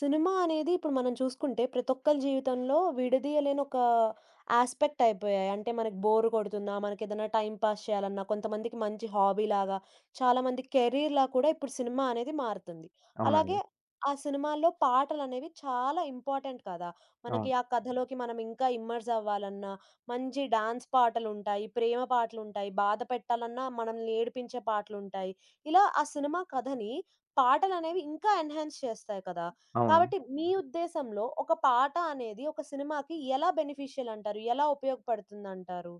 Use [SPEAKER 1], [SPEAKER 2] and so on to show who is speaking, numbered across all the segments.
[SPEAKER 1] Cinema అనేది ఇప్పుడు మనం చూసుకుంటే ప్రతి ఒక్కరి జీవితంలో విడదీయలేని ఒక ఆస్పెక్ట్ అయిపోయాయి. అంటే మనకి బోర్ కొడుతున్నా, మనకేదైనా టైం పాస్ చేయాలన్నా, కొంతమందికి మంచి హాబీ లాగా, చాలా మంది కెరీర్‌లా కూడా ఇప్పుడు సినిమా అనేది మారుతుంది. అలాగే
[SPEAKER 2] అవునండి.
[SPEAKER 1] ఆ సినిమాల్లో పాటలనేవి చాలా ఇంపార్టెంట్ కదా! మనకి
[SPEAKER 2] అవును.
[SPEAKER 1] ఆ కథలోకి మనం ఇంకా ఇమ్మర్స్ అవ్వాలన్నా, మంచి డాన్స్ పాటలుంటాయి, ప్రేమ పాటలుంటాయి, బాధ పెట్టాలన్నా మనల్ని ఏడిపించే పాటలుంటాయి. ఇలా ఆ సినిమా కథని పాటలనేవి ఇంకా ఎన్హాన్స్ చేస్తాయి కదా!
[SPEAKER 2] అవును.
[SPEAKER 1] కాబట్టి మీ ఉద్దేశంలో ఒక పాట అనేది ఒక సినిమాకి ఎలా బెనిఫిషియల్ అంటారు? ఎలా ఉపయోగపడుతుందంటారు?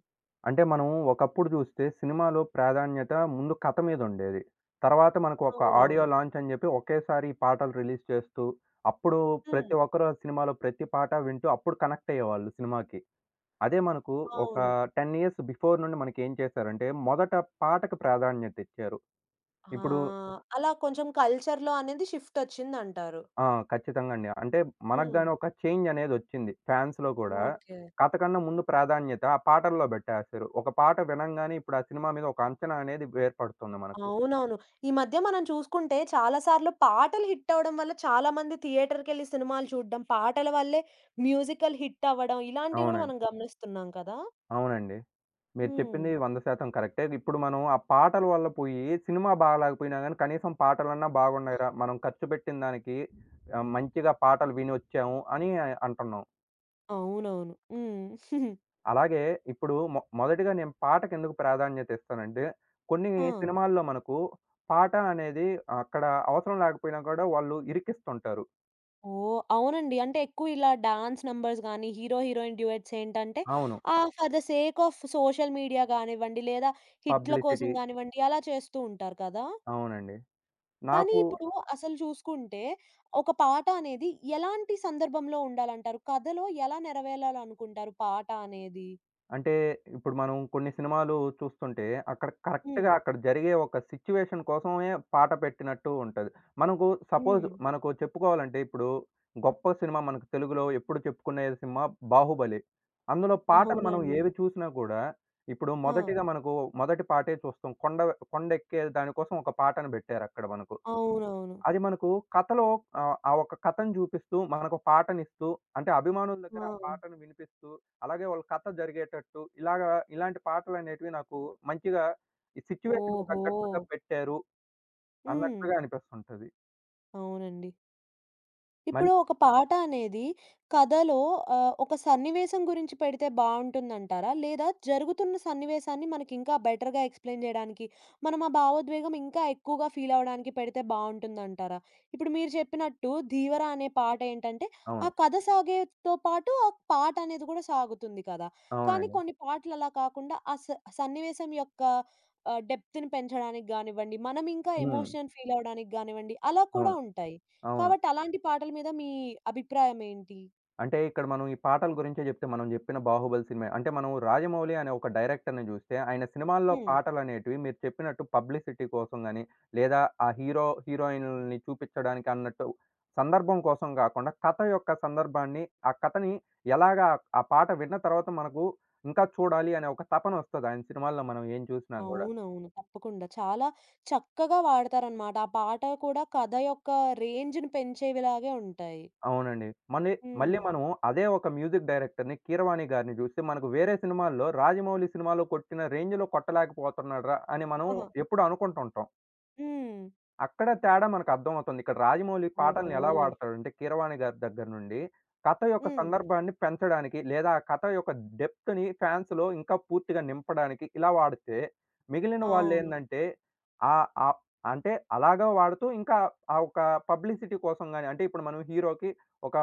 [SPEAKER 2] అంటే మనం ఒకప్పుడు జూస్తే సినిమాలో ప్రాధాన్యత ముందు కథ మీదుండేది. తర్వాత మనకు ఒక ఆడియో
[SPEAKER 1] అవునవును.
[SPEAKER 2] లాంచ్ అని జెప్పి ఒకేసారి ఈ పాటలు రిలీజ్ చేస్తూ, అప్పుడు
[SPEAKER 1] హ్మ్.
[SPEAKER 2] ప్రతి ఒక్కరు ఆ సినిమాలో ప్రతి పాట వింటూ అప్పుడు కనెక్ట్ అయ్యేవాళ్ళు సినిమాకి. అదే మనకు ఒక
[SPEAKER 1] అవును.
[SPEAKER 2] 10 ఇయర్స్ బిఫోర్ నుండి మనకేం చేశారంటే మొదట పాటకు ప్రాధాన్యత ఇచ్చారు.
[SPEAKER 1] ఆ!
[SPEAKER 2] ఇప్పుడు
[SPEAKER 1] అలా కొంచెం కల్చర్‌లో అనేది షిఫ్టొచ్చిందంటారు.
[SPEAKER 2] ఆ! ఖచ్చితంగా అండి. అంటే మనకు
[SPEAKER 1] హ్మ్.
[SPEAKER 2] గాని ఒక చేంజ్ అనేదొచ్చింది. ఫాన్స్‌లో కూడా.
[SPEAKER 1] ఓకే.
[SPEAKER 2] కథ కన్నా ముందు ప్రాధాన్యత ఆ పాటల్లో బెట్టేస్తారు. ఒక పాట వినంగానే ఇప్పుడు ఆ సినిమా మీద ఒక అంచనా అనేది ఏర్పడుతుంది మనకు.
[SPEAKER 1] అవునవును. ఈ మధ్య మనం చూసుకుంటే చాలా సార్లు పాటలు హిట్టవ్వడం వల్ల చాలా మంది థియేటర్‌కెళ్ళి సినిమాలు చూడడం, పాటల వల్లే మ్యూజికల్ హిట్టవ్వడం ఇలాంటివి గూడా
[SPEAKER 2] అవునండి.
[SPEAKER 1] మనం గమనిస్తున్నాం కదా!
[SPEAKER 2] అవునండి. మీరు
[SPEAKER 1] హ్మ్.
[SPEAKER 2] చెప్పింది 100% కరెక్టే. ఇప్పుడు మనం ఆ పాటల వల్ల పోయి సినిమా బాగాలేకపోయినా గాని కనీసం పాటలన్నా బాగున్నాయిరా! మనం ఖర్చు పెట్టిన దానికి మంచిగా పాటలు వినొచ్చాము అని అంటున్నాం.
[SPEAKER 1] అవునవును. హ్మ్.
[SPEAKER 2] అలాగే ఇప్పుడు మొదటిగా నేను పాటకెందుకు ప్రాధాన్యత ఇస్తానంటే, కొన్ని
[SPEAKER 1] ఆ!
[SPEAKER 2] సినిమాల్లో మనకు పాట అనేది అక్కడ అవసరం లేకపోయినా కూడా వాళ్ళు ఇరికిస్తుంటారు.
[SPEAKER 1] ఓహ్! అవునండి. అంటే ఎక్కువ ఇలా డాన్స్ నంబర్స్ గాని, హీరో, హీరోయిన్ డ్యూయెట్స్ ఏంటంటే
[SPEAKER 2] అవును.
[SPEAKER 1] For the sake of social media గానివ్వండి, లేదా హిట్‌ల కోసం
[SPEAKER 2] పబ్లిసిటీ.
[SPEAKER 1] గానివ్వండి, అలా చేస్తూ ఉంటారు కదా!
[SPEAKER 2] అవునండి.
[SPEAKER 1] కానీ
[SPEAKER 2] నాకు
[SPEAKER 1] ఇప్పుడు అసలు చూసుకుంటే ఒక పాట అనేది ఎలాంటి సందర్భంలో ఉండాలంటారు? కథలో ఎలా నెరవేరాలనుకుంటారు పాట అనేది?
[SPEAKER 2] అంటే ఇప్పుడు మనం కొన్ని సినిమాలు చూస్తుంటే అక్కడ
[SPEAKER 1] హ్మ్.
[SPEAKER 2] కరెక్ట్‌గా అక్కడ జరిగే ఒక సిట్యుయేషన్ కోసమే పాట పెట్టినట్టు ఉంటది. మనకు సపోజ్
[SPEAKER 1] హ్మ్.
[SPEAKER 2] మనకు చెప్పుకోవాలంటే ఇప్పుడు గొప్ప సినిమా మనకు తెలుగులో ఎప్పుడు చెప్పుకునే సినిమా 'బాహుబలి.' అందులో పాటలు మనం
[SPEAKER 1] అవునండి.
[SPEAKER 2] ఏవి చూసినా కూడా ఇప్పుడు
[SPEAKER 1] ఆ!
[SPEAKER 2] మొదటిగా మనకు మొదటి పాటే చూస్తాం. కొండ కొండ ఎక్కే దానికోసం ఒక పాటను పెట్టారక్కడ మనకు.
[SPEAKER 1] అవునవును.
[SPEAKER 2] అది మనకు కథలో ఆ ఒక్క కథను చూపిస్తూ, మనకు పాటనిస్తూ, అంటే అభిమానుల దగ్గర
[SPEAKER 1] ఆ!
[SPEAKER 2] ఆ పాటను వినిపిస్తూ, అలాగే వాళ్ళ కథ జరిగేటట్టు ఇలాగా ఇలాంటి పాటలనేటివి నాకు మంచిగా ఈ సిట్యుయేషన్‌కి
[SPEAKER 1] ఓహో!
[SPEAKER 2] తగ్గట్టుగా పెట్టారు
[SPEAKER 1] హ్మ్.
[SPEAKER 2] అన్నట్లుగా అనిపిస్తుంటది.
[SPEAKER 1] అవునండి.
[SPEAKER 2] మళ్
[SPEAKER 1] ఇప్పుడు ఒక పాట అనేది కథలో ఒక సన్నివేశం గురించి పెడితే బావుంటుందంటారా? లేదా జరుగుతున్న సన్నివేశాన్ని మనకింకా బెటర్‌గా ఎక్స్‌ప్లెయిన్ జేయడానికి, మనం ఆ భావోద్వేగం ఇంకా ఎక్కువగా ఫీల్ అవ్వడానికి పెడితే బావుంటుందంటారా? ఇప్పుడు మీరు చెప్పినట్టు 'ధీవర' అనే పాట ఏంటంటే, ఆ
[SPEAKER 2] అవును.
[SPEAKER 1] కథ సాగేతో పాటు ఆ పాట అనేది కూడా సాగుతుంది కదా! కానీ
[SPEAKER 2] అవునండి.
[SPEAKER 1] కొన్ని పాటలు అలా కాకుండా ఆ స సన్నివేశం యొక్క డెప్త్‌ని పెంచడానికి గానివ్వండి, మనం ఇంకా
[SPEAKER 2] హ్మ్.
[SPEAKER 1] ఎమోషన్ ఫీల్ అవ్వడానికి గానివ్వండి, అలా కూడా
[SPEAKER 2] అవును.
[SPEAKER 1] ఉంటాయి.
[SPEAKER 2] అవును.
[SPEAKER 1] కాబట్టి అలాంటి పాటల మీద మీ అభిప్రాయం ఏంటి?
[SPEAKER 2] అంటే ఇక్కడ మనం ఈ పాటల గురించే జెప్తే మనం జెప్పిన 'బాహుబలి' సినిమా అంటే మనం 'రాజమౌళి' అనే ఒక డైరెక్టర్‌ని జూస్తే ఆయన సినిమాల్లో
[SPEAKER 1] హ్మ్.
[SPEAKER 2] పాటలనేటివి మీరు చెప్పినట్టు పబ్లిసిటీ కోసం గాని, లేదా ఆ హీరో, హీరోయిన్‌లని చూపిచ్చడానికి అన్నట్టు సందర్భం కోసం గాకుండా కథ యొక్క సందర్భాన్ని, ఆ కథని ఎలాగా ఆ పాట విన్న తర్వాత మనకు ఇంకా చూడాలి అనే ఒక తపనొస్తది ఆయన సినిమాల్లో మనం ఏం చూసినా గూడా.
[SPEAKER 1] అవునవును. తప్పకుండా. చాలా చక్కగా వాడతారనమాట. ఆ పాట కూడా కథ యొక్క రేంజ్‌ని పెంచేవిలాగే ఉంటాయి.
[SPEAKER 2] అవునండి. మళ్ళీ, మళ్ళీ
[SPEAKER 1] హ్మ్.
[SPEAKER 2] మనం అదే ఒక మ్యూజిక్ డైరెక్టర్‌ని 'కీరవాణి' గారిని జూస్తే, మనకు వేరే సినిమాల్లో 'రాజమౌళి' సినిమాలో కొట్టిన రేంజ్‌లో కొట్టలేకపోతున్నాడురా! అని మనం
[SPEAKER 1] ఆహా!
[SPEAKER 2] ఎప్పుడూ అనుకుంటుంటాం.
[SPEAKER 1] హ్మ్.
[SPEAKER 2] అక్కడ తేడా మనకర్థమవుతుంది. ఇక్కడ రాజమౌళి పాటల్ని
[SPEAKER 1] ఓహో!
[SPEAKER 2] ఎలా వాడతాడంటే 'కీరవాణి' గారి దగ్గర నుండి కథ యొక్క
[SPEAKER 1] హ్మ్.
[SPEAKER 2] సందర్భాన్ని పెంచడానికి, లేదా ఆ కథ యొక్క డెప్త్‌ని ఫాన్స్‌లో ఇంకా పూర్తిగా నింపడానికి ఇలా వాడితే, మిగిలిన
[SPEAKER 1] అవును.
[SPEAKER 2] వాళ్ళేందంటే ఆహ్, ఆహ్, అంటే అలాగా వాడుతూ ఇంకా ఆ ఒక పబ్లిసిటీ కోసం గాని అంటే ఇప్పుడు మనం హీరోకి ఒక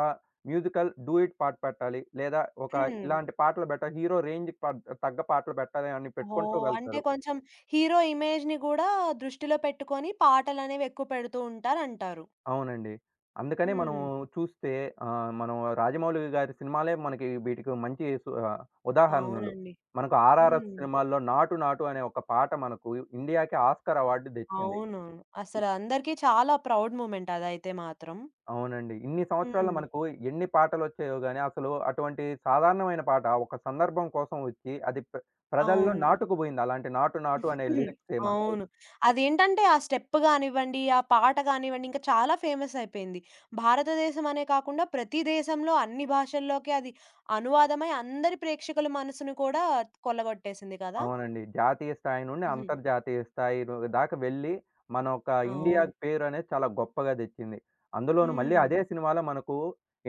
[SPEAKER 2] మ్యూజికల్ డూయట్ పాట పెట్టాలి. లేదా ఒక
[SPEAKER 1] హ్మ్.
[SPEAKER 2] ఇలాంటి పాటలు పెట్టాలి. హీరో రేంజ్‌కి ప తగ్గ పాటలు పెట్టాలి అని పెట్టుకుంటూ
[SPEAKER 1] ఓహ్! అంటే
[SPEAKER 2] వెళ్తారు.
[SPEAKER 1] కొంచెం హీరో ఇమేజ్‌ని గూడా దృష్టిలో పెట్టుకొని పాటలనేవి ఎక్కువ పెడుతూ ఉంటారంటారు.
[SPEAKER 2] అవునండి. అందుకనే మనం
[SPEAKER 1] హ్మ్.
[SPEAKER 2] చూస్తే మనం రాజమౌళి గారి సినిమాలే మనకి వీటికి మంచి ఉదాహరణలు.
[SPEAKER 1] అవునండి.
[SPEAKER 2] మనకు 'ఆర్ఆర్‌ఆర్'
[SPEAKER 1] హ్మ్.
[SPEAKER 2] సినిమాల్లో 'నాటు నాటు' అనే ఒక పాట మనకు ఇండియాకి ఆస్కార్ అవార్డ్ తెచ్చింది.
[SPEAKER 1] అవునవును.
[SPEAKER 2] ఇ-
[SPEAKER 1] అసలందరికీ చాలా ప్రౌడ్ మూమెంట్ అదైతే మాత్రం.
[SPEAKER 2] అవునండి. ఇన్ని సంవత్సరాల్లో
[SPEAKER 1] హ్మ్.
[SPEAKER 2] మనకు ఎన్ని పాటలొచ్చాయో గాని అసలు అటువంటి సాధారణమైన పాట ఒక సందర్భం కోసం వచ్చి అది ప్రజల్లో
[SPEAKER 1] అవును.
[SPEAKER 2] నాటుకుపోయింది. అలాంటి 'నాటు నాటు' అనే
[SPEAKER 1] హ్మ్.
[SPEAKER 2] లిరిక్సే మనకు.
[SPEAKER 1] అవును. అదేంటంటే ఆ స్టెప్ గానివ్వండి, ఆ పాట గానివ్వండి ఇంకా చాలా ఫేమస్ అయిపోయింది. భారతదేశం అనే కాకుండా ప్రతి దేశంలో అన్ని భాషల్లోకి అది అనువాదమై అందరి ప్రేక్షకుల మనసును కూడా కొల్లగొట్టేసింది కదా!
[SPEAKER 2] అవునండి. జాతీయ స్థాయి నుండి
[SPEAKER 1] హ్మ్.
[SPEAKER 2] అంతర్జాతీయ స్థాయి ను దాకా వెళ్ళి, మన ఒక
[SPEAKER 1] అవును.
[SPEAKER 2] ఇండియాకి పేరనేది చాలా గొప్పగా తెచ్చింది. అందులోను మళ్ళీ
[SPEAKER 1] హ్మ్.
[SPEAKER 2] అదే సినిమాలో మనకు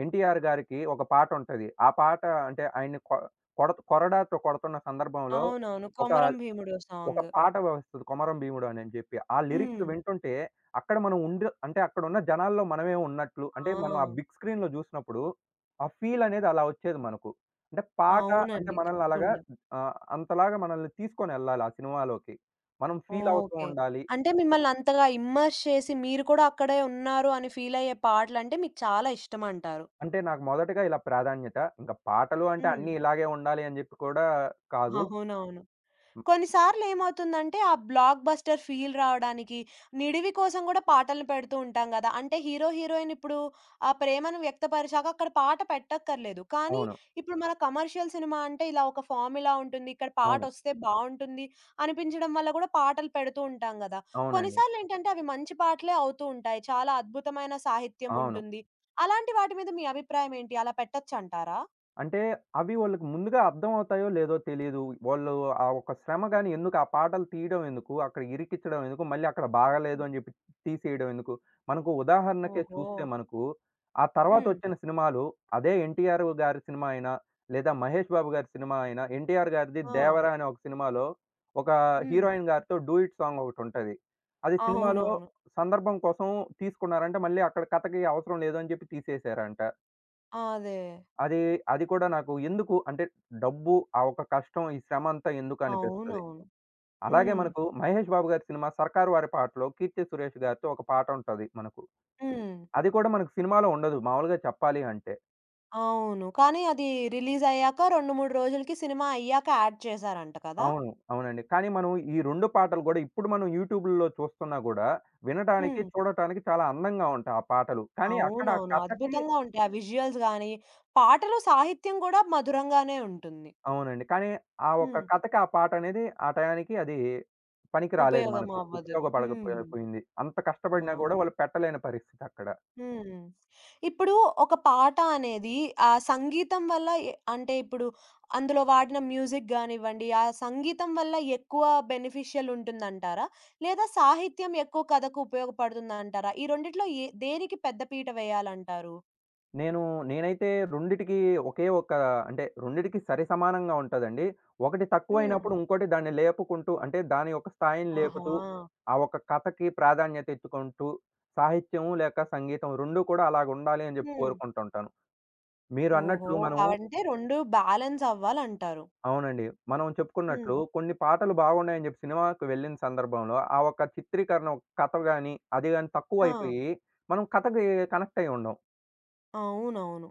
[SPEAKER 2] 'ఎన్టీఆర్' గారికి ఒక పాటుంటది. ఆ పాట అంటే ఆయన్ని కొ కొడ కొరడాతో కొడుతున్న సందర్భంలో
[SPEAKER 1] అవునవును.
[SPEAKER 2] ఒక
[SPEAKER 1] 'కొమరం భీముడో'
[SPEAKER 2] ఒక
[SPEAKER 1] సాంగ్.
[SPEAKER 2] పాట వస్తది 'కొమరం భీముడు' అని అని చెప్పి. ఆ లిరిక్స్
[SPEAKER 1] హ్మ్.
[SPEAKER 2] వింటుంటే అక్కడ మనం ఉండ అంటే అక్కడున్న జనాల్లో మనమే ఉన్నట్లు అంటే
[SPEAKER 1] ఆ!
[SPEAKER 2] మనం ఆ బిగ్ స్క్రీన్‌లో జూసినప్పుడు ఆ ఫీల్ అనేది అలా వచ్చేది మనకు. అంటే పాట అంటే
[SPEAKER 1] అవునండి.
[SPEAKER 2] మనల్ని అలాగా
[SPEAKER 1] తప్పకుండా.
[SPEAKER 2] అంతలాగా మనల్ని తీసుకొనెళ్ళాలి ఆ సినిమాలోకి. మనం ఫీల్ అవుతూ
[SPEAKER 1] ఓకే.
[SPEAKER 2] ఉండాలి.
[SPEAKER 1] అంటే మిమ్మల్ని అంతగా ఇమ్మర్స్ చేసి మీరు కూడా అక్కడే ఉన్నారు అని ఫీల్ అయ్యే పాటలంటే మీకు చాలా ఇష్టమంటారు.
[SPEAKER 2] అంటే నాకు మొదటగా ఇలా ప్రాధాన్యత. ఇంకా పాటలు అంటే
[SPEAKER 1] హ్మ్.
[SPEAKER 2] అన్నీ ఇలాగే ఉండాలి అని జెప్పి కూడా కాదు.
[SPEAKER 1] అవునవును.
[SPEAKER 2] హ్మ్.
[SPEAKER 1] కొన్నిసార్లు ఏమవుతుందంటే, ఆ బ్లాక్ బస్టర్ ఫీల్ రావడానికి, నిడివి కోసం గూడా పాటలు పెడుతూ ఉంటాం గదా! అంటే హీరో, హీరోయిన్ ఇప్పుడు ఆ ప్రేమను వ్యక్తపరిచాక అక్కడ పాట పెట్టక్కర్లేదు. కానీ,
[SPEAKER 2] అవును.
[SPEAKER 1] ఇప్పుడు మన కమర్షియల్ సినిమా అంటే ఇలా ఒక ఫార్ములా ఉంటుంది. ఇక్కడ
[SPEAKER 2] అవును.
[SPEAKER 1] పాటొస్తే బావుంటుంది అనిపించడం వల్ల గూడా పాటలు పెడుతూ ఉంటాం గదా!
[SPEAKER 2] అవునండి.
[SPEAKER 1] కొన్నిసార్లు ఏంటంటే, అవి మంచి పాటలే అవుతూ ఉంటాయి. చాలా అద్భుతమైన సాహిత్యం
[SPEAKER 2] అవును.
[SPEAKER 1] ఉంటుంది. అలాంటి వాటి మీద మీ అభిప్రాయం ఏంటి? అలా పెట్టొచ్చంటారా?
[SPEAKER 2] అంటే అవి వాళ్ళకి ముందుగా అర్థమవుతాయో లేదో తెలీదు. వాళ్ళు ఆ ఒక శ్రమ గాని ఎందుకు? ఆ పాటలు తీయడం ఎందుకు? అక్కడ ఇరికిచ్చడం ఎందుకు? మళ్ళీ అక్కడ బాగాలేదు అని జెప్పి తీసేయడం ఎందుకు? మనకు ఉదాహరణకే
[SPEAKER 1] ఓహో!
[SPEAKER 2] చూస్తే మనకు ఆ
[SPEAKER 1] హ్మ్.
[SPEAKER 2] తర్వాతొచ్చిన సినిమాలు అదే 'ఎన్టీఆర్' గారి సినిమా అయినా, లేదా 'మహేష్ బాబు' గారి సినిమా అయినా 'ఎన్టీఆర్' గారిది
[SPEAKER 1] ఆ!
[SPEAKER 2] 'దేవరా' అనే ఒక సినిమాలో ఒక
[SPEAKER 1] హ్మ్.
[SPEAKER 2] హీరోయిన్ గారితో డూయిట్ సాంగ్ ఒకటుంటది. అది సినిమాలో
[SPEAKER 1] అవునవును.
[SPEAKER 2] సందర్భం కోసం తీసుకున్నారంట. మళ్ళీ అక్కడ కథకి అవసరం లేదు అని జెప్పి తీసేసారంట.
[SPEAKER 1] అదే.
[SPEAKER 2] అది, అది కూడా నాకు ఎందుకు అంటే డబ్బు, ఆ ఒక కష్టం, ఈ శ్రమంతా ఎందుకు అనిపిస్తది.
[SPEAKER 1] అవునవును.
[SPEAKER 2] అలాగే
[SPEAKER 1] హ్మ్.
[SPEAKER 2] మనకు మహేష్ బాబు గారి సినిమా 'సర్కారు వారి పాట'లో 'కీర్తి సురేష్' గారితో ఒక పాట ఉంటది మనకు.
[SPEAKER 1] హ్మ్.
[SPEAKER 2] అది కూడా మనకు సినిమాలో ఉండదు మామూలుగా చెప్పాలి అంటే.
[SPEAKER 1] అవును. కానీ అది రిలీజయ్యాక 2, 3 రోజులకి సినిమా అయ్యాక యాడ్ చేశారంట కదా!
[SPEAKER 2] అవును. అవునండి. కానీ మనం ఈ 2 పాటలు గూడా ఇప్పుడు మనం యూట్యూబుల్లో చూస్తున్నా గూడా వినటానికి,
[SPEAKER 1] హ్మ్.
[SPEAKER 2] చూడటానికి చాలా అందంగా ఉంటాయి ఆ పాటలు. కానీ అక్కడ ఆ
[SPEAKER 1] అవునవును.
[SPEAKER 2] కథకి
[SPEAKER 1] అద్భుతంగా ఉంటాయి. ఆ విజుయల్స్ గాని, పాటలు సాహిత్యం కూడా మధురంగానే ఉంటుంది.
[SPEAKER 2] అవునండి. కానీ ఆ ఒక్క
[SPEAKER 1] హ్మ్.
[SPEAKER 2] కథకి ఆ పాటనేది ఆ టయానికి అది పనికి రాలేదు
[SPEAKER 1] ఉపయోగం
[SPEAKER 2] మనకు.
[SPEAKER 1] అవ్వదు. హ్మ్.
[SPEAKER 2] ఉపయోగపడకపోయ పోయింది. అంత కష్టపడినా గూడా
[SPEAKER 1] అవును.
[SPEAKER 2] వాళ్ళు పెట్టలేని పరిస్థితక్కడ.
[SPEAKER 1] హ్మ్. ఇప్పుడు ఒక పాట అనేది ఆ సంగీతం వల్ల అంటే ఇప్పుడు అందులో వాడిన మ్యూజిక్ గానివ్వండి, ఆ సంగీతం వల్ల ఎక్కువ బెనిఫిషియల్ ఉంటుందంటారా? లేదా సాహిత్యం ఎక్కువ కథకు ఉపయోగపడుతుందంటారా? ఈ రెండిట్లో ఏ దేనికి పెద్ద పీట వేయాలంటారు?
[SPEAKER 2] నేను నేనైతే రెండిటికి ఒకే ఒక అంటే రెండిటికి సరి సమానంగా ఉంటదండి. ఒకటి
[SPEAKER 1] హ్మ్.
[SPEAKER 2] తక్కువైనప్పుడు ఇంకోటి దాన్ని లేపుకుంటూ అంటే దాని యొక్క స్థాయిని
[SPEAKER 1] ఆహా!
[SPEAKER 2] లేపుతూ, ఆ ఒక్క కథకి ప్రాధాన్యత ఇచ్చుకుంటూ, సాహిత్యం లేక సంగీతం 2 కూడా అలాగుండాలి అని జెప్పి
[SPEAKER 1] హ్మ్.
[SPEAKER 2] కోరుకుంటుంటాను. మీరు
[SPEAKER 1] ఓహో!
[SPEAKER 2] అన్నట్లు మనం
[SPEAKER 1] అంటే 2 బ్యాలెన్స్ అవ్వాలంటారు.
[SPEAKER 2] అవునండి. మనం
[SPEAKER 1] హ్మ్.
[SPEAKER 2] చెప్పుకున్నట్లు కొన్ని పాటలు బాగున్నాయని జెప్పి సినిమాకి వెళ్ళిన సందర్భంలో, ఆ ఒక్క చిత్రీకరణ ఒక కథ గాని, అది గాని అవును.
[SPEAKER 1] ఆ!
[SPEAKER 2] తక్కువైపోయి, మనం కథకి కనెక్ట్ అయ్యి ఉండం.
[SPEAKER 1] అవునవును.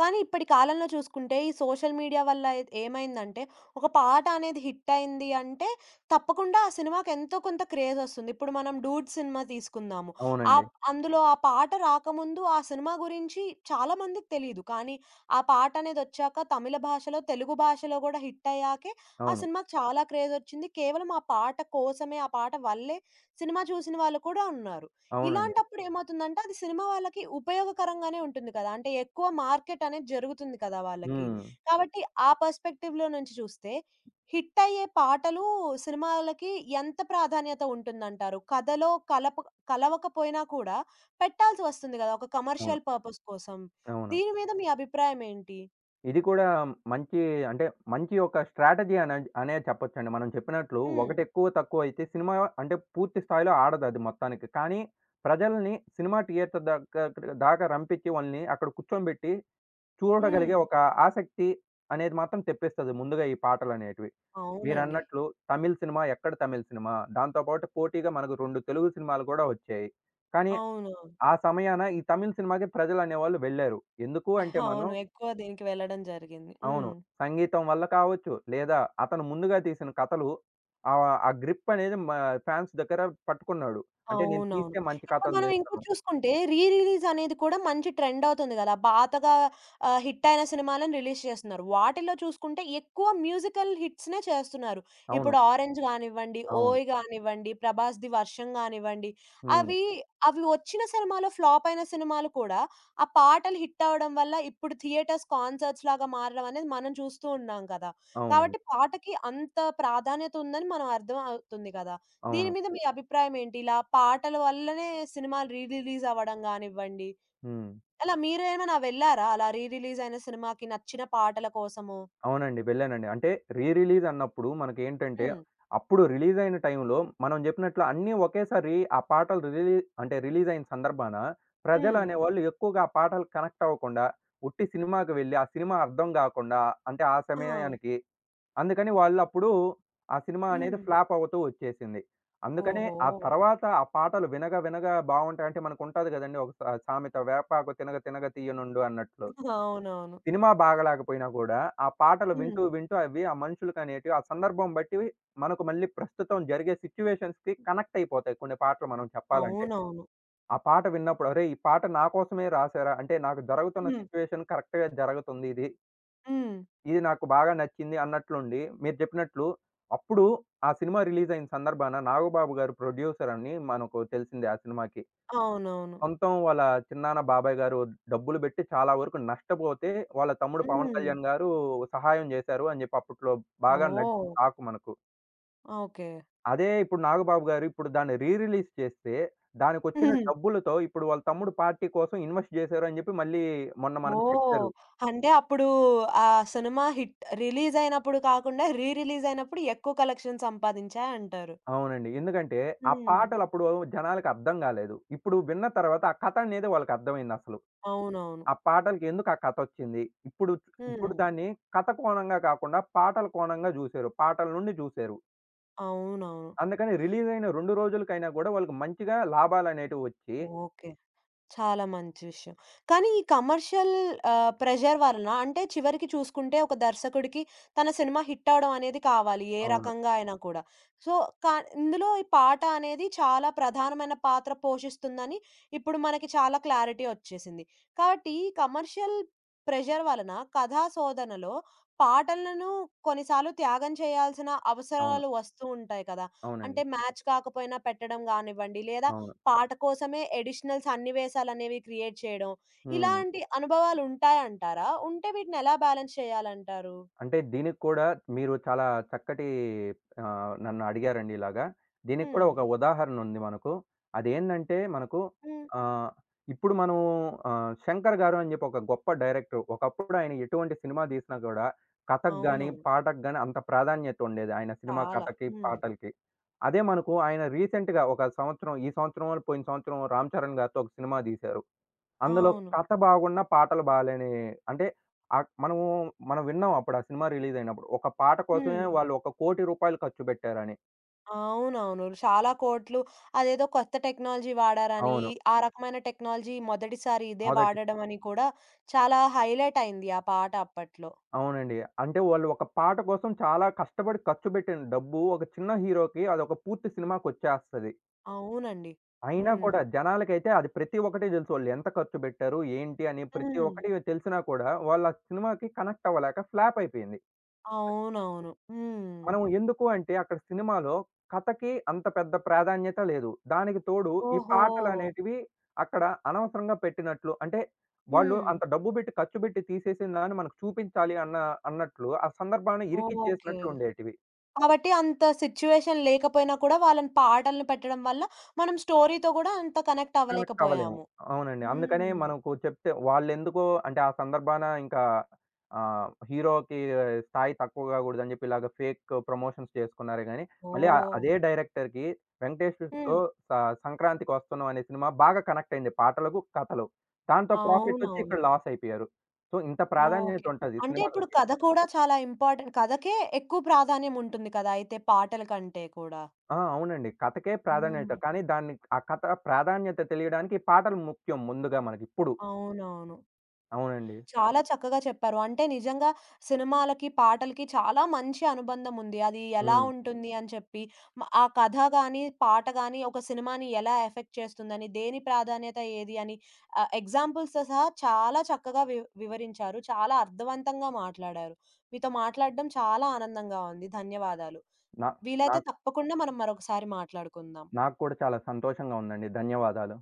[SPEAKER 1] కానీ ఇప్పటి కాలంలో చూసుకుంటే, ఈ సోషల్ మీడియా వల్ల ఏమైందంటే, ఒక పాట అనేది హిట్ అయింది అంటే, తప్పకుండా ఆ సినిమాకి ఎంతో కొంత క్రేజొస్తుంది. ఇప్పుడు మనం 'డూడ్' సినిమా తీసుకుందాము.
[SPEAKER 2] అవునండి.
[SPEAKER 1] అందులో ఆ పాట రాకముందు ఆ సినిమా గురించి చాలా మందికి తెలీదు. కానీ, ఆ పాట అనేదొచ్చాక తమిళ భాషలో, తెలుగు భాషలో గూడా హిట్ అయ్యాకే ఆ
[SPEAKER 2] అవును.
[SPEAKER 1] సినిమాకి చాలా క్రేజొచ్చింది. కేవలం ఆ పాట కోసమే, ఆ పాట వల్లే సినిమా చూసిన వాళ్ళు కూడా ఉన్నారు.
[SPEAKER 2] అవునండి.
[SPEAKER 1] ఇలాంటప్పుడు ఏమవుతుందంటే అది సినిమా వాళ్ళకి ఉపయోగకరంగానే ఉంటుంది కదా! అంటే ఎక్కువ మార్కెట్ అనేది జరుగుతుంది కదా వాళ్ళకి.
[SPEAKER 2] హ్మ్.
[SPEAKER 1] కాబట్టి ఆ పర్స్‌పెక్టివ్‌లో నుంచి చూస్తే హిట్ అయ్యే పాటలు సినిమాలకి ఎంత ప్రాధాన్యత ఉంటుందంటారు? కథలో కలవకపోయినా కూడా పెట్టాల్సి వస్తుంది కదా! ఒక
[SPEAKER 2] అవును.
[SPEAKER 1] కమర్షియల్ పర్పస్ కోసం.
[SPEAKER 2] అవును.
[SPEAKER 1] దీని మీద మీ అభిప్రాయం ఏంటి?
[SPEAKER 2] ఇది కూడా మంచి అంటే మంచి ఒక స్ట్రాటజీ అనే అనే చెప్పొచ్చండి. మనం చెప్పినట్లు
[SPEAKER 1] హ్మ్.
[SPEAKER 2] ఒకటెక్కువ తక్కువ అయితే సినిమా అంటే పూర్తి స్థాయిలో ఆడదది మొత్తానికి. కానీ ప్రజల్ని సినిమా థియేటర్ దాకా దాకా రంపించి వాళ్ళని అక్కడ కూర్చోబెట్టి
[SPEAKER 1] హ్మ్.
[SPEAKER 2] చూడగలిగే ఒక ఆసక్తి అనేది మాత్రం తెప్పిస్తది ముందుగా ఈ పాటలనేటివి. హ్మ్.
[SPEAKER 1] అవునండి.
[SPEAKER 2] మీరన్నట్లు తమిళ్ సినిమా, దాంతో పాటు పోటీగా మనకు 2 తెలుగు సినిమాలు కూడా వచ్చాయి. కానీ
[SPEAKER 1] అవును.
[SPEAKER 2] ఆ సమయాన ఈ తమిళ్ సినిమాకి ప్రజలనేవాళ్ళు వెళ్లారు. ఎందుకు అంటే మనం
[SPEAKER 1] అవును. ఎక్కువ దీనికి వెళ్ళడం జరిగింది.
[SPEAKER 2] అవును.
[SPEAKER 1] హ్మ్.
[SPEAKER 2] సంగీతం వల్ల కావచ్చు, లేదా అతను ముందుగా తీసిన కథలు ఆ గ్రిప్ అనేది మా ఫాన్స్ దగ్గర పట్టుకున్నాడు. అంటే నేను
[SPEAKER 1] అవునవును.
[SPEAKER 2] తీస్తే మంచి
[SPEAKER 1] ఇప్పుడు
[SPEAKER 2] కథలు
[SPEAKER 1] మనం ఇంకోటి
[SPEAKER 2] తీస్తాను.
[SPEAKER 1] చూసుకుంటే, రీ రిలీజ్ అనేది కూడా మంచి ట్రెండ్ అవుతుంది గదా! పాతగా హిట్ అయిన సినిమాలను రిలీజ్ చేస్తున్నారు. వాటిల్లో చూసుకుంటే ఎక్కువ మ్యూజికల్ హిట్స్‌నే చేస్తున్నారు.
[SPEAKER 2] అవును.
[SPEAKER 1] ఇప్పుడు 'ఆరెంజ్' గానివ్వండి,
[SPEAKER 2] అవును.
[SPEAKER 1] 'ఓయ్' గానివ్వండి, 'ప్రభాస్‌ది వర్షం' గానివ్వండి,
[SPEAKER 2] హ్మ్.
[SPEAKER 1] అవి అవి వచ్చిన సినిమాలో ఫ్లాప్ అయిన సినిమాలు కూడా ఆ పాటలు హిట్ అవ్వడం వల్ల ఇప్పుడు థియేటర్స్ కాన్సర్ట్స్ లాగా మారడం అనేది మనం చూస్తూ ఉన్నాం కదా!
[SPEAKER 2] అవునండి.
[SPEAKER 1] కాబట్టి పాటకి అంత ప్రాధాన్యత ఉందని మనం అర్థం అవుతుంది కదా! దీని
[SPEAKER 2] అవును.
[SPEAKER 1] మీద మీ అభిప్రాయం ఏంటి? ఇలా పాటల వల్లనే సినిమాలు రీ రిలీజ్ అవ్వడం గానివ్వండి,
[SPEAKER 2] హ్మ్.
[SPEAKER 1] అలా మీరేమైనా వెళ్లారా? అలా రీ రిలీజ్ అయిన సినిమాకి నచ్చిన పాటల కోసము?
[SPEAKER 2] అవునండి. వెళ్ళానండి. అంటే రీ రిలీజ్ అన్నప్పుడు మనకేంటంటే,
[SPEAKER 1] హ్మ్.
[SPEAKER 2] అప్పుడు రిలీజ్ అయిన టైంలో మనం జెప్పినట్లు అన్నీ ఒకేసారి ఆ పాటలు అంటే రిలీజ్ అయిన సందర్భాన
[SPEAKER 1] హ్మ్.
[SPEAKER 2] ప్రజలనేవాళ్ళు ఎక్కువగా ఆ పాటలకు కనెక్ట్ అవ్వకుండా, ఉట్టి సినిమాకి వెళ్లి ఆ సినిమా అర్థం గాకుండా అంటే ఆ
[SPEAKER 1] ఆ!
[SPEAKER 2] సమయానికి అందుకని వాళ్ళప్పుడు ఆ సినిమా అనేది
[SPEAKER 1] హ్మ్.
[SPEAKER 2] ఫ్లాప్ అవుతూ వచ్చేసింది. అందుకనే
[SPEAKER 1] ఓహో!
[SPEAKER 2] ఆ తర్వాత ఆ పాటలు వినగా వినగా బావుంటాయంటే మనకుంటాది గదండీ ఒక సామెత వేపాకు తినగ తినగ తీయనుండు అన్నట్లు.
[SPEAKER 1] అవునవును.
[SPEAKER 2] సినిమా బాగలేకపోయినా గూడా, ఆ పాటలు వింటూ,
[SPEAKER 1] హ్మ్.
[SPEAKER 2] ఓకే. వింటూ అవి ఆ మనుషులకనేటివి ఆ సందర్భం బట్టి మనకు మళ్ళీ ప్రస్తుతం జరిగే సిట్యుయేషన్స్‌కి కనెక్ట్ అయిపోతాయి కొన్ని పాటలు మనం చెప్పాలంటే.
[SPEAKER 1] అవునవును.
[SPEAKER 2] ఆ పాట విన్నప్పుడు అరేయ్! ఈ పాట నా కోసమే రాసారా? అంటే నాకు జరుగుతున్న
[SPEAKER 1] హ్మ్.
[SPEAKER 2] సిట్యుయేషన్ కరెక్ట్‌గా జరుగుతుంది ఇది.
[SPEAKER 1] హ్మ్.
[SPEAKER 2] ఇది నాకు బాగా నచ్చింది అన్నట్లుండి మీరు చెప్పినట్లు అప్పుడు ఆ సినిమా రిలీజ్ అయిన సందర్భాన నాగబాబు గారు ప్రొడ్యూసర్ అని మనకు తెలిసిందే ఆ సినిమాకి.
[SPEAKER 1] అవునవును.
[SPEAKER 2] సొంతం వాళ్ళ చిన్నాన్న బాబాయ్ గారు డబ్బులు బెట్టి చాలా వరకు నష్టపోతే, వాళ్ళ తమ్ముడు పవన్
[SPEAKER 1] హ్మ్.
[SPEAKER 2] కళ్యాణ్ గారు సహాయం జేశారు అని జెప్పి అప్పట్లో బాగా నడిచిన
[SPEAKER 1] ఓహ్!
[SPEAKER 2] టాక్ మనకు.
[SPEAKER 1] ఓకే.
[SPEAKER 2] అదే ఇప్పుడు నాగబాబు గారు ఇప్పుడు దాన్ని రీ రిలీజ్ చేస్తే, దానికొచ్చిన డబ్బులతో ఇప్పుడు వాళ్ళ తమ్ముడు పార్టీ కోసం ఇన్వెస్ట్ జేశారు అని జెప్పి మళ్ళీ మొన్న మనకు
[SPEAKER 1] ఓహ్!
[SPEAKER 2] చెప్పారు.
[SPEAKER 1] అంటే అప్పుడు ఆ సినిమా హిట్ రిలీజ్ అయినప్పుడు కాకుండా రీ రిలీజ్ అయినప్పుడు ఎక్కువ కలెక్షన్ సంపాదించాయంటారు.
[SPEAKER 2] అవునండి. ఎందుకంటే ఆ
[SPEAKER 1] హ్మ్.
[SPEAKER 2] పాటలప్పుడు జనాలకి అర్థం గాలేదు. ఇప్పుడు విన్న తర్వాత ఆ కథ అనేది వాళ్ళకి అర్థమైందసలు.
[SPEAKER 1] అవునవును.
[SPEAKER 2] ఆ పాటలకి ఎందుకు ఆ కథ వచ్చింది? ఇప్పుడు
[SPEAKER 1] హ్మ్.
[SPEAKER 2] ఇప్పుడు దాన్ని కథ కోణంగా కాకుండా పాటల కోణంగా జూసారు. పాటల నుండి జూసారు.
[SPEAKER 1] అవునవును.
[SPEAKER 2] అందుకని రిలీజ్ అయిన 2 రోజులకైనా గూడా వాళ్ళకి మంచిగా లాభాలనేటివి వచ్చి
[SPEAKER 1] ఓకే. చాలా మంచి విషయం. కానీ ఈ కమర్షియల్ ప్రెషర్ వలన అంటే చివరికి చూసుకుంటే ఒక దర్శకుడికి తన సినిమా హిట్ అవ్వడం అనేది కావాలి. ఏ
[SPEAKER 2] అవును.
[SPEAKER 1] రకంగా అయినా కూడా. సో, కా ఇందులో ఈ పాట అనేది చాలా ప్రధానమైన పాత్ర పోషిస్తుందని ఇప్పుడు మనకి చాలా క్లారిటీ వచ్చేసింది. కాబట్టి ఈ కమర్షియల్ ప్రెషర్ వలన కథా శోధనలో పాటలను కొన్నిసార్లు త్యాగం చేయాల్సిన
[SPEAKER 2] అవును.
[SPEAKER 1] అవసరాలు వస్తూ ఉంటాయి కదా! అంటే
[SPEAKER 2] అవునండి.
[SPEAKER 1] మ్యాచ్ కాకపోయినా పెట్టడం గానివ్వండి, లేదా
[SPEAKER 2] అవును.
[SPEAKER 1] పాట కోసమే ఎడిషనల్ సన్నివేశాలనేవి క్రియేట్ చేయడం.
[SPEAKER 2] హ్మ్.
[SPEAKER 1] ఇలాంటి అనుభవాలుంటాయంటారా? ఉంటే వీటినెలా బ్యాలెన్స్ చేయాలంటారు?
[SPEAKER 2] అంటే దీనికి కూడా మీరు చాలా చక్కటి నన్ను అడిగారండి ఇలాగా. దీనికి కూడా
[SPEAKER 1] హ్మ్.
[SPEAKER 2] ఒక ఉదాహరణ ఉంది మనకు. అదేందంటే మనకు
[SPEAKER 1] హ్మ్.
[SPEAKER 2] ఆహ్, ఇప్పుడు మనం ఆహ్, 'శంకర్' గారు అని చెప్పి ఒక గొప్ప డైరెక్టర్. ఒకప్పుడు ఆయన ఎటువంటి సినిమా తీసినా కూడా కథకు గాని,
[SPEAKER 1] అవునవును.
[SPEAKER 2] పాటకు గాని అంత ప్రాధాన్యత ఉండేది. ఆయన సినిమా
[SPEAKER 1] చాలా.
[SPEAKER 2] కథకి,
[SPEAKER 1] హ్మ్.
[SPEAKER 2] పాటలకి. అదే మనకు ఆయన రీసెంట్‌గా ఒక సంవత్సరం, ఈ సంవత్సరమో, పోయిన సంవత్సరం 'రామ్ చరణ్' గారితో ఒక సినిమా తీశారు. అందులో
[SPEAKER 1] అవును.
[SPEAKER 2] కథ బాగున్నా, పాటలు బాలేని అంటే ఆహ్, మనము మనం విన్నాం అప్పుడు ఆ సినిమా రిలీజ్ అయినప్పుడు. ఒక పాట కోసమే
[SPEAKER 1] హ్మ్.
[SPEAKER 2] హ్మ్. వాళ్ళు ఒక ₹1,00,00,000 ఖర్చు పెట్టారని.
[SPEAKER 1] అవునవును. చాలా కోట్లు అదేదో కొత్త టెక్నాలజీ వాడారని,
[SPEAKER 2] అవును.
[SPEAKER 1] ఆ రకమైన టెక్నాలజీ మొదటిసారి ఇదే
[SPEAKER 2] మొదటి
[SPEAKER 1] వాడడం అని కూడా చాలా హైలైట్ అయింది ఆ పాట అప్పట్లో.
[SPEAKER 2] అవునండి. అంటే వాళ్ళు ఒక పాట కోసం చాలా కష్టపడి ఖర్చు పెట్టిన డబ్బు ఒక చిన్న హీరోకి అదొక పూర్తి సినిమాకొచ్చేస్తది.
[SPEAKER 1] అవునండి.
[SPEAKER 2] అయినా
[SPEAKER 1] హ్మ్.
[SPEAKER 2] కూడా జనాలకైతే అది ప్రతి ఒక్కటి తెలుసు. వాళ్ళు ఎంత ఖర్చు పెట్టారు? ఏంటి? అని ప్రతి
[SPEAKER 1] హ్మ్.
[SPEAKER 2] ఒక్కటి తెలిసినా కూడా వాళ్ళు ఆ సినిమాకి కనెక్ట్ అవ్వలేక ఫ్లాప్ అయిపోయింది.
[SPEAKER 1] అవునవును. హ్మ్.
[SPEAKER 2] మనం ఎందుకు అంటే అక్కడ సినిమాలో కథకి అంత పెద్ద ప్రాధాన్యత లేదు. దానికి తోడు ఈ
[SPEAKER 1] ఓహో!
[SPEAKER 2] పాటలనేటివి అక్కడ అనవసరంగా పెట్టినట్లు అంటే వాళ్ళు
[SPEAKER 1] హ్మ్.
[SPEAKER 2] అంత డబ్బు పెట్టి ఖర్చు పెట్టి తీసేసిన దాన్ని మనకు చూపించాలి అన్నట్లు ఆ సందర్భాన్ని
[SPEAKER 1] ఓకే.
[SPEAKER 2] ఇరికిచ్చేసినట్లు ఉండేటివి.
[SPEAKER 1] కాబట్టి అంత సిట్యుయేషన్ లేకపోయినా కూడా వాళ్ళని పాటలను పెట్టడం వల్ల మనం స్టోరీతో గూడా అంత కనెక్ట్
[SPEAKER 2] కనెక్ట్ అవ్వలేము.
[SPEAKER 1] అవ్వలేకపోయాము.
[SPEAKER 2] అవునండి. అందుకనే
[SPEAKER 1] హ్మ్.
[SPEAKER 2] మనకు చెప్తే వాళ్ళెందుకో అంటే ఆ సందర్భాన ఇంకా హీరోకి స్థాయి తక్కువ కాకూడదని చెప్పి ఇలాగ ఫేక్ ప్రమోషన్స్ చేసుకున్నారే గానీ, మళ్ళీ
[SPEAKER 1] ఓహ్!
[SPEAKER 2] అదే డైరెక్టర్‌కి 'వెంకటేష్‌తో'
[SPEAKER 1] హ్మ్.
[SPEAKER 2] స 'సంక్రాంతికి వస్తున్నాం' అనే సినిమా బాగా కనెక్ట్ అయింది పాటలకు, కథలు. దాంతో ప్రాఫిటొచ్చి
[SPEAKER 1] అవునవును.
[SPEAKER 2] ఇక్కడ లాస్ అయిపోయారు. సో, ఇంత ప్రాధాన్యత
[SPEAKER 1] ఓకే.
[SPEAKER 2] ఉంటది
[SPEAKER 1] అంటే ఇప్పుడు
[SPEAKER 2] సినిమాలకి.
[SPEAKER 1] కథ కూడా చాలా ఇంపార్టెంట్. కథకే ఎక్కువ ప్రాధాన్యం ఉంటుంది కదా! అయితే పాటల కంటే కూడా.
[SPEAKER 2] ఆ! అవునండి. కథకే ప్రాధాన్యత.
[SPEAKER 1] హ్మ్.
[SPEAKER 2] కానీ దాన్ని ఆ కథ ప్రాధాన్యత తెలియడానికి ఈ పాటలు ముఖ్యం ముందుగా మనకి ఇప్పుడు.
[SPEAKER 1] అవునవును.
[SPEAKER 2] అవునండి.
[SPEAKER 1] చాలా చక్కగా చెప్పారు. అంటే నిజంగా సినిమాలకి, పాటలకి చాలా మంచి అనుబంధం ఉంది. అది ఎలా
[SPEAKER 2] హ్మ్.
[SPEAKER 1] ఉంటుంది అని చెప్పి, ఆ కథ గాని, పాట గాని ఒక సినిమాని ఎలా ఎఫెక్ట్ చేస్తుందని, దేని ప్రాధాన్యత ఏది అని ఎగ్జాంపుల్స్‌తో సహా చాలా చక్కగా వివరించారు. చాలా అర్థవంతంగా మాట్లాడారు. మీతో మాట్లాడడం చాలా ఆనందంగా ఉంది. ధన్యవాదాలు.
[SPEAKER 2] నా నా
[SPEAKER 1] వీలైతే తప్పకుండా మనం మరొకసారి మాట్లాడుకుందాం.
[SPEAKER 2] నాకు కూడా చాలా సంతోషంగా ఉందండి. ధన్యవాదాలు.